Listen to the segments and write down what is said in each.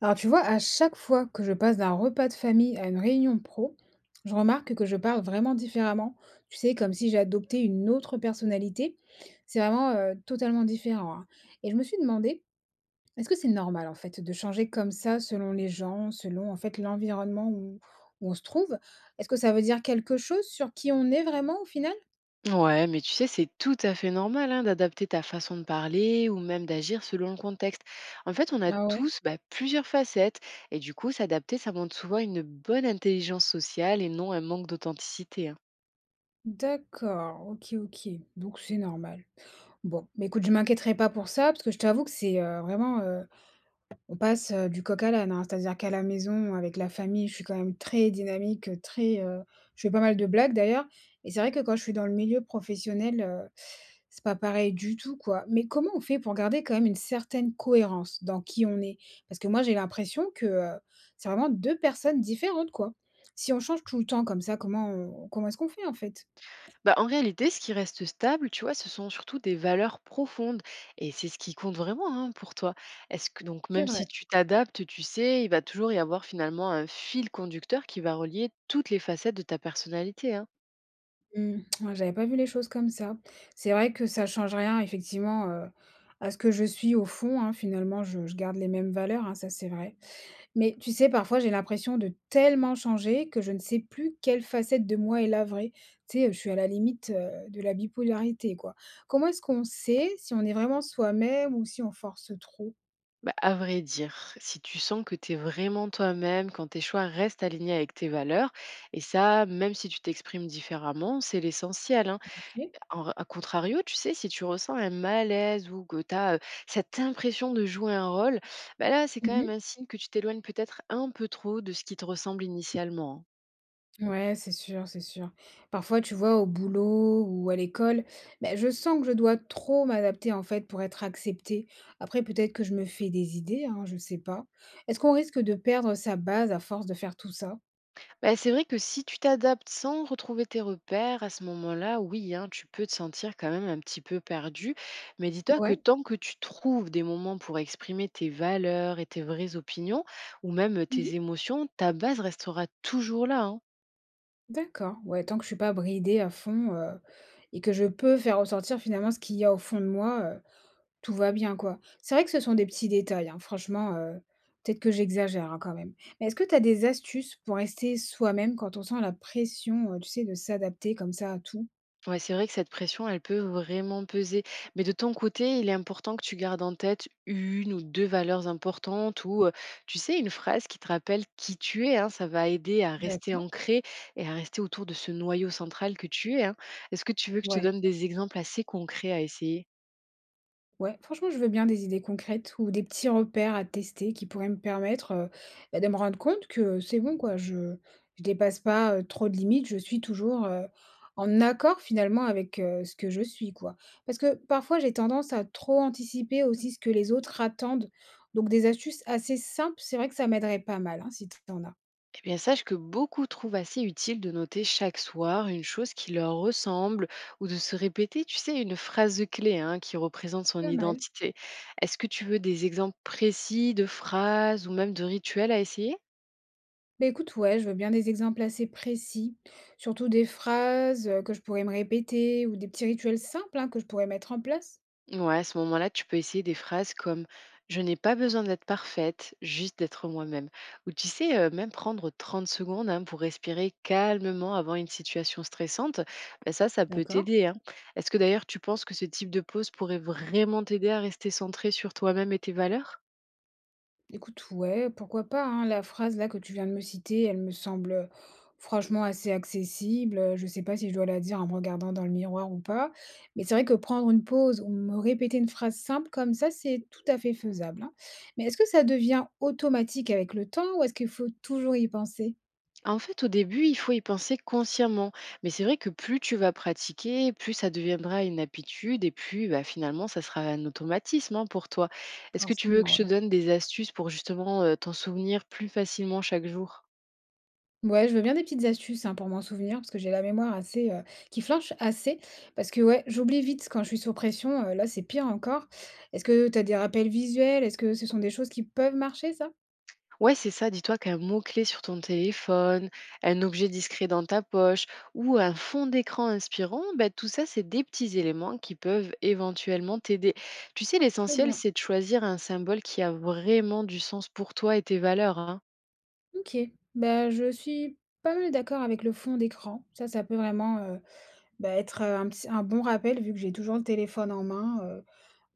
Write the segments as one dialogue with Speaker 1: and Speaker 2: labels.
Speaker 1: Alors tu vois, à chaque fois que je passe d'un repas de famille à une réunion pro, je remarque que je parle vraiment différemment. Tu sais, comme si j'adoptais une autre personnalité. C'est vraiment totalement différent, hein. Et je me suis demandé, est-ce que c'est normal en fait de changer comme ça selon les gens, selon en fait où on se trouve? Est-ce que ça veut dire quelque chose sur qui on est vraiment au final?
Speaker 2: Ouais, mais tu sais, c'est tout à fait normal hein, d'adapter ta façon de parler ou même d'agir selon le contexte. En fait, on a
Speaker 1: Ah ouais?
Speaker 2: tous bah, plusieurs facettes et du coup, s'adapter, ça montre souvent une bonne intelligence sociale et non un manque d'authenticité. Hein.
Speaker 1: D'accord, ok, ok. Donc c'est normal. Bon, mais écoute, je m'inquiéterai pas pour ça, parce que je t'avoue que on passe, du coq à l'âne, hein. C'est-à-dire qu'à la maison, avec la famille, je suis quand même très dynamique, je fais pas mal de blagues d'ailleurs, et c'est vrai que quand je suis dans le milieu professionnel, c'est pas pareil du tout, quoi. Mais comment on fait pour garder quand même une certaine cohérence dans qui on est? Parce que moi, j'ai l'impression que, c'est vraiment 2 personnes différentes, quoi. Si on change tout le temps comme ça, comment est-ce qu'on fait, en fait?
Speaker 2: Bah, en réalité, ce qui reste stable, tu vois, ce sont surtout des valeurs profondes et c'est ce qui compte vraiment hein, pour toi. Est-ce que donc,
Speaker 1: C'est
Speaker 2: même si
Speaker 1: vrai.
Speaker 2: tu t'adaptes, tu sais, il va toujours y avoir finalement un fil conducteur qui va relier toutes les facettes de ta personnalité. Hein.
Speaker 1: Mmh. Ouais, j'avais pas vu les choses comme ça. C'est vrai que ça change rien effectivement, à ce que je suis au fond, hein. Finalement, je garde les mêmes valeurs, hein, ça c'est vrai. Mais tu sais, parfois, j'ai l'impression de tellement changer que je ne sais plus quelle facette de moi est la vraie. Tu sais, je suis à la limite, de la bipolarité, quoi. Comment est-ce qu'on sait si on est vraiment soi-même ou si on force trop?
Speaker 2: Bah, à vrai dire, si tu sens que tu es vraiment toi-même, quand tes choix restent alignés avec tes valeurs, et ça, même si tu t'exprimes différemment, c'est l'essentiel. Hein.
Speaker 1: OK.
Speaker 2: À contrario, tu sais, si tu ressens un malaise ou que tu as cette impression de jouer un rôle, bah là, c'est quand même
Speaker 1: Mmh.
Speaker 2: un signe que tu t'éloignes peut-être un peu trop de ce qui te ressemble initialement. Hein.
Speaker 1: Ouais, c'est sûr, c'est sûr. Parfois, tu vois, au boulot ou à l'école, ben, je sens que je dois trop m'adapter en fait pour être acceptée. Après, peut-être que je me fais des idées, hein, je sais pas. Est-ce qu'on risque de perdre sa base à force de faire tout ça?
Speaker 2: Bah, c'est vrai que si tu t'adaptes sans retrouver tes repères, à ce moment-là, oui, hein, tu peux te sentir quand même un petit peu perdu. Mais dis-toi que
Speaker 1: Ouais.
Speaker 2: tant que tu trouves des moments pour exprimer tes valeurs et tes vraies opinions, ou même
Speaker 1: Mhm.
Speaker 2: tes émotions, ta base restera toujours là. Hein.
Speaker 1: D'accord. Ouais, tant que je suis pas bridée à fond et que je peux faire ressortir finalement ce qu'il y a au fond de moi, tout va bien, quoi. C'est vrai que ce sont des petits détails, hein, franchement, peut-être que j'exagère, hein, quand même. Mais est-ce que tu as des astuces pour rester soi-même quand on sent la pression, tu sais, de s'adapter comme ça à tout?
Speaker 2: Ouais, c'est vrai que cette pression, elle peut vraiment peser. Mais de ton côté, il est important que tu gardes en tête une ou deux valeurs importantes ou, tu sais, une phrase qui te rappelle qui tu es. Hein. Ça va aider à rester
Speaker 1: D'accord,
Speaker 2: ancré et à rester autour de ce noyau central que tu es. Hein. Est-ce que tu veux que je te
Speaker 1: ouais.
Speaker 2: donne des exemples assez concrets à essayer?
Speaker 1: Ouais, franchement, je veux bien des idées concrètes ou des petits repères à tester qui pourraient me permettre, bah, de me rendre compte que c'est bon quoi, je dépasse pas, trop de limites, je suis toujours, en accord finalement avec, ce que je suis quoi. Parce que parfois j'ai tendance à trop anticiper aussi ce que les autres attendent, donc des astuces assez simples, c'est vrai que ça m'aiderait pas mal, hein, si t'en as?
Speaker 2: Eh bien, sache que beaucoup trouvent assez utile de noter chaque soir une chose qui leur ressemble ou de se répéter, tu sais, une phrase clé hein, qui représente son
Speaker 1: Pas mal.
Speaker 2: identité. Est-ce que tu veux des exemples précis de phrases ou même de rituels à essayer?
Speaker 1: Bah écoute, ouais, je veux bien des exemples assez précis, surtout des phrases, que je pourrais me répéter ou des petits rituels simples, hein, que je pourrais mettre en place.
Speaker 2: Ouais, à ce moment-là, tu peux essayer des phrases comme Je n'ai pas besoin d'être parfaite, juste d'être moi-même. Ou tu sais, même prendre 30 secondes hein, pour respirer calmement avant une situation stressante, ben ça peut
Speaker 1: D'accord.
Speaker 2: t'aider. Hein. Est-ce que d'ailleurs, tu penses que ce type de pause pourrait vraiment t'aider à rester centré sur toi-même et tes valeurs?
Speaker 1: Écoute, ouais, pourquoi pas, hein, la phrase là que tu viens de me citer, elle me semble franchement assez accessible. Je sais pas si je dois la dire en me regardant dans le miroir ou pas, mais c'est vrai que prendre une pause ou me répéter une phrase simple comme ça, c'est tout à fait faisable, hein. Mais est-ce que ça devient automatique avec le temps ou est-ce qu'il faut toujours y penser?
Speaker 2: En fait, au début, il faut y penser consciemment. Mais c'est vrai que plus tu vas pratiquer, plus ça deviendra une habitude et plus bah, finalement, ça sera un automatisme hein, pour toi. Est-ce que tu veux que
Speaker 1: Forcément,
Speaker 2: je
Speaker 1: ouais.
Speaker 2: te donne des astuces pour justement t'en souvenir plus facilement chaque jour?
Speaker 1: Ouais, je veux bien des petites astuces, hein, pour m'en souvenir, parce que j'ai la mémoire assez, qui flanche assez. Parce que ouais, j'oublie vite quand je suis sous pression, là, c'est pire encore. Est-ce que tu as des rappels visuels? Est-ce que ce sont des choses qui peuvent marcher, ça?
Speaker 2: Ouais, c'est ça. Dis-toi qu'un mot-clé sur ton téléphone, un objet discret dans ta poche ou un fond d'écran inspirant, bah, tout ça, c'est des petits éléments qui peuvent éventuellement t'aider. Tu sais,
Speaker 1: Très
Speaker 2: l'essentiel,
Speaker 1: bien.
Speaker 2: c'est de choisir un symbole qui a vraiment du sens pour toi et tes valeurs. Hein.
Speaker 1: OK. Bah, je suis pas mal d'accord avec le fond d'écran. Ça peut vraiment, bah, être, un bon rappel vu que j'ai toujours le téléphone en main,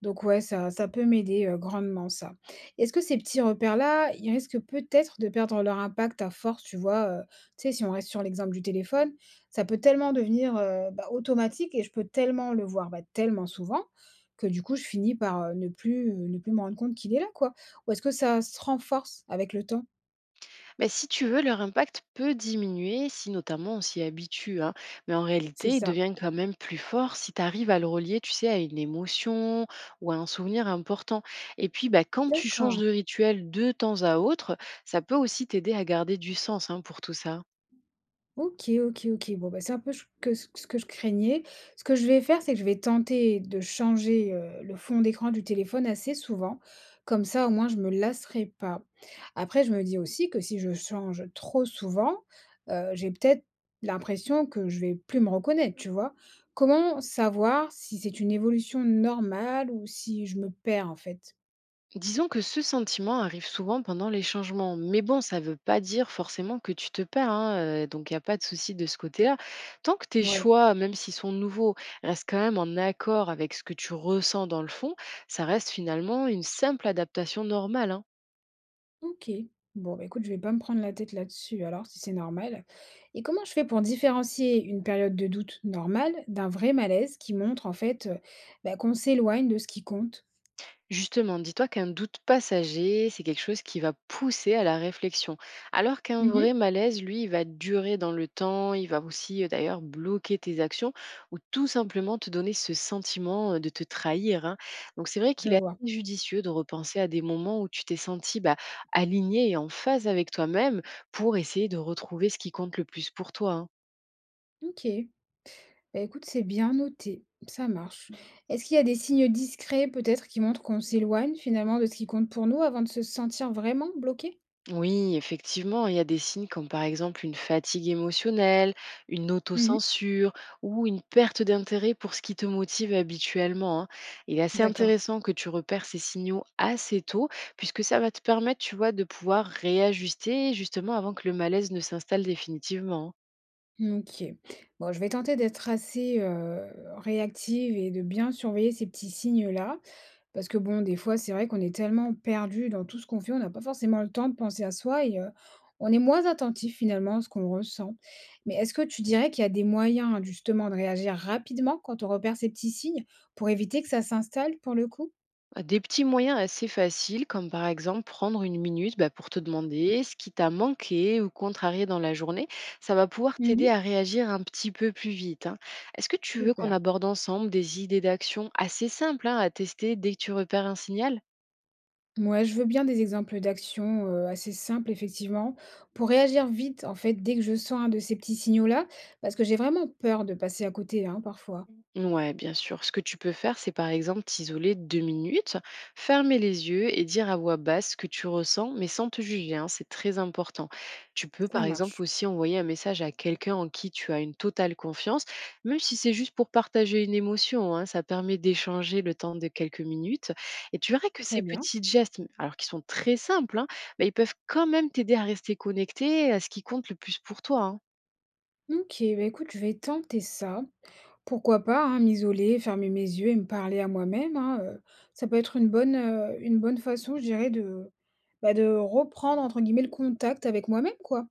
Speaker 1: donc ouais, ça peut m'aider, grandement ça. Est-ce que ces petits repères-là, ils risquent peut-être de perdre leur impact à force, tu vois? Tu sais, si on reste sur l'exemple du téléphone, ça peut tellement devenir, bah, automatique et je peux tellement le voir, bah, tellement souvent que du coup je finis par, ne plus me rendre compte qu'il est là, quoi? Ou est-ce que ça se renforce avec le temps?
Speaker 2: Ben, si tu veux, leur impact peut diminuer si notamment on s'y habitue, hein, mais en
Speaker 1: C'est
Speaker 2: réalité, il
Speaker 1: ça.
Speaker 2: devient quand même plus fort si tu arrives à le relier, tu sais, à une émotion ou à un souvenir important. Et puis, bah quand tu
Speaker 1: D'acc.
Speaker 2: changes de rituel de temps à autre, ça peut aussi t'aider à garder du sens hein, pour tout ça.
Speaker 1: OK, OK, OK. Bon, bah, c'est un peu ch que ce que je craignais. Ce que je vais faire, c'est que je vais tenter de changer, le fond d'écran du téléphone assez souvent. Comme ça, au moins, je me lasserai pas. Après, je me dis aussi que si je change trop souvent, j'ai peut-être l'impression que je vais plus me reconnaître, tu vois? Comment savoir si c'est une évolution normale ou si je me perds, en fait?
Speaker 2: Disons que ce sentiment arrive souvent pendant les changements. Mais bon, ça ne veut pas dire forcément que tu te perds, hein, donc il n'y a pas de souci de ce côté-là. Tant que tes
Speaker 1: Ouais.
Speaker 2: choix, même s'ils sont nouveaux, restent quand même en accord avec ce que tu ressens dans le fond, ça reste finalement une simple adaptation normale. Hein.
Speaker 1: OK. Bon, bah, écoute, je vais pas me prendre la tête là-dessus alors, si c'est normal. Et comment je fais pour différencier une période de doute normale d'un vrai malaise qui montre en fait bah, qu'on s'éloigne de ce qui compte?
Speaker 2: Justement, dis-toi qu'un doute passager, c'est quelque chose qui va pousser à la réflexion, alors qu'un
Speaker 1: Mhm.
Speaker 2: vrai malaise, lui, il va durer dans le temps, il va aussi d'ailleurs bloquer tes actions ou tout simplement te donner ce sentiment de te trahir. Hein. Donc c'est vrai
Speaker 1: Je
Speaker 2: qu'il est
Speaker 1: vois.
Speaker 2: assez judicieux de repenser à des moments où tu t'es senti bah, aligné et en phase avec toi-même pour essayer de retrouver ce qui compte le plus pour toi. Hein.
Speaker 1: Ok. Bah, écoute, c'est bien noté. Ça marche. Est-ce qu'il y a des signes discrets peut-être qui montrent qu'on s'éloigne finalement de ce qui compte pour nous avant de se sentir vraiment bloqué?
Speaker 2: Oui, effectivement, il y a des signes comme par exemple une fatigue émotionnelle, une
Speaker 1: Mhm.
Speaker 2: autocensure ou une perte d'intérêt pour ce qui te motive habituellement. Hein. Il est assez
Speaker 1: D'accord.
Speaker 2: intéressant que tu repères ces signaux assez tôt, puisque ça va te permettre, tu vois, de pouvoir réajuster justement avant que le malaise ne s'installe définitivement. Hein.
Speaker 1: OK. Bon, je vais tenter d'être assez, réactive et de bien surveiller ces petits signes-là. Parce que bon, des fois, c'est vrai qu'on est tellement perdu dans tout ce qu'on fait, on n'a pas forcément le temps de penser à soi et on est moins attentif finalement à ce qu'on ressent. Mais est-ce que tu dirais qu'il y a des moyens hein, justement de réagir rapidement quand on repère ces petits signes, pour éviter que ça s'installe pour le coup?
Speaker 2: Ah, des petits moyens assez faciles, comme par exemple prendre une minute bah, pour te demander ce qui t'a manqué ou contrarié dans la journée, ça va pouvoir
Speaker 1: Mmh.
Speaker 2: t'aider à réagir un petit peu plus vite. Hein. Est-ce que tu veux qu'on
Speaker 1: Super.
Speaker 2: aborde ensemble des idées d'action assez simples hein, à tester dès que tu repères un signal?
Speaker 1: Mouais, je veux bien des exemples d'actions, assez simples effectivement, pour réagir vite, en fait, dès que je sens un de ces petits signaux-là, parce que j'ai vraiment peur de passer à côté, hein, parfois.
Speaker 2: Ouais, bien sûr. Ce que tu peux faire, c'est par exemple t'isoler 2 minutes, fermer les yeux et dire à voix basse ce que tu ressens, mais sans te juger, hein, c'est très important. Tu peux
Speaker 1: Ça
Speaker 2: par exemple
Speaker 1: marche.
Speaker 2: aussi envoyer un message à quelqu'un en qui tu as une totale confiance, même si c'est juste pour partager une émotion, hein, ça permet d'échanger le temps de quelques minutes. Et tu verras que
Speaker 1: Très
Speaker 2: ces
Speaker 1: bien.
Speaker 2: petits gestes, alors qu'ils sont très simples, hein, bah, ils peuvent quand même t'aider à rester connecté à ce qui compte le plus pour toi. Hein.
Speaker 1: OK, bah, écoute, je vais tenter ça. Pourquoi pas, hein, m'isoler, fermer mes yeux et me parler à moi-même, hein, ça peut être une bonne façon, je dirais, de, bah, de reprendre, entre guillemets, «le contact» avec moi-même, quoi.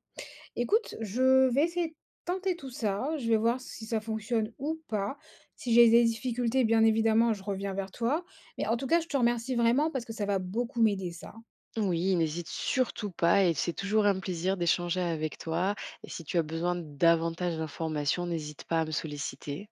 Speaker 1: Écoute, je vais essayer de tenter tout ça. Je vais voir si ça fonctionne ou pas. Si j'ai des difficultés, bien évidemment, je reviens vers toi. Mais en tout cas, je te remercie vraiment parce que ça va beaucoup m'aider, ça.
Speaker 2: Oui, n'hésite surtout pas et c'est toujours un plaisir d'échanger avec toi. Et si tu as besoin de davantage d'informations, n'hésite pas à me solliciter.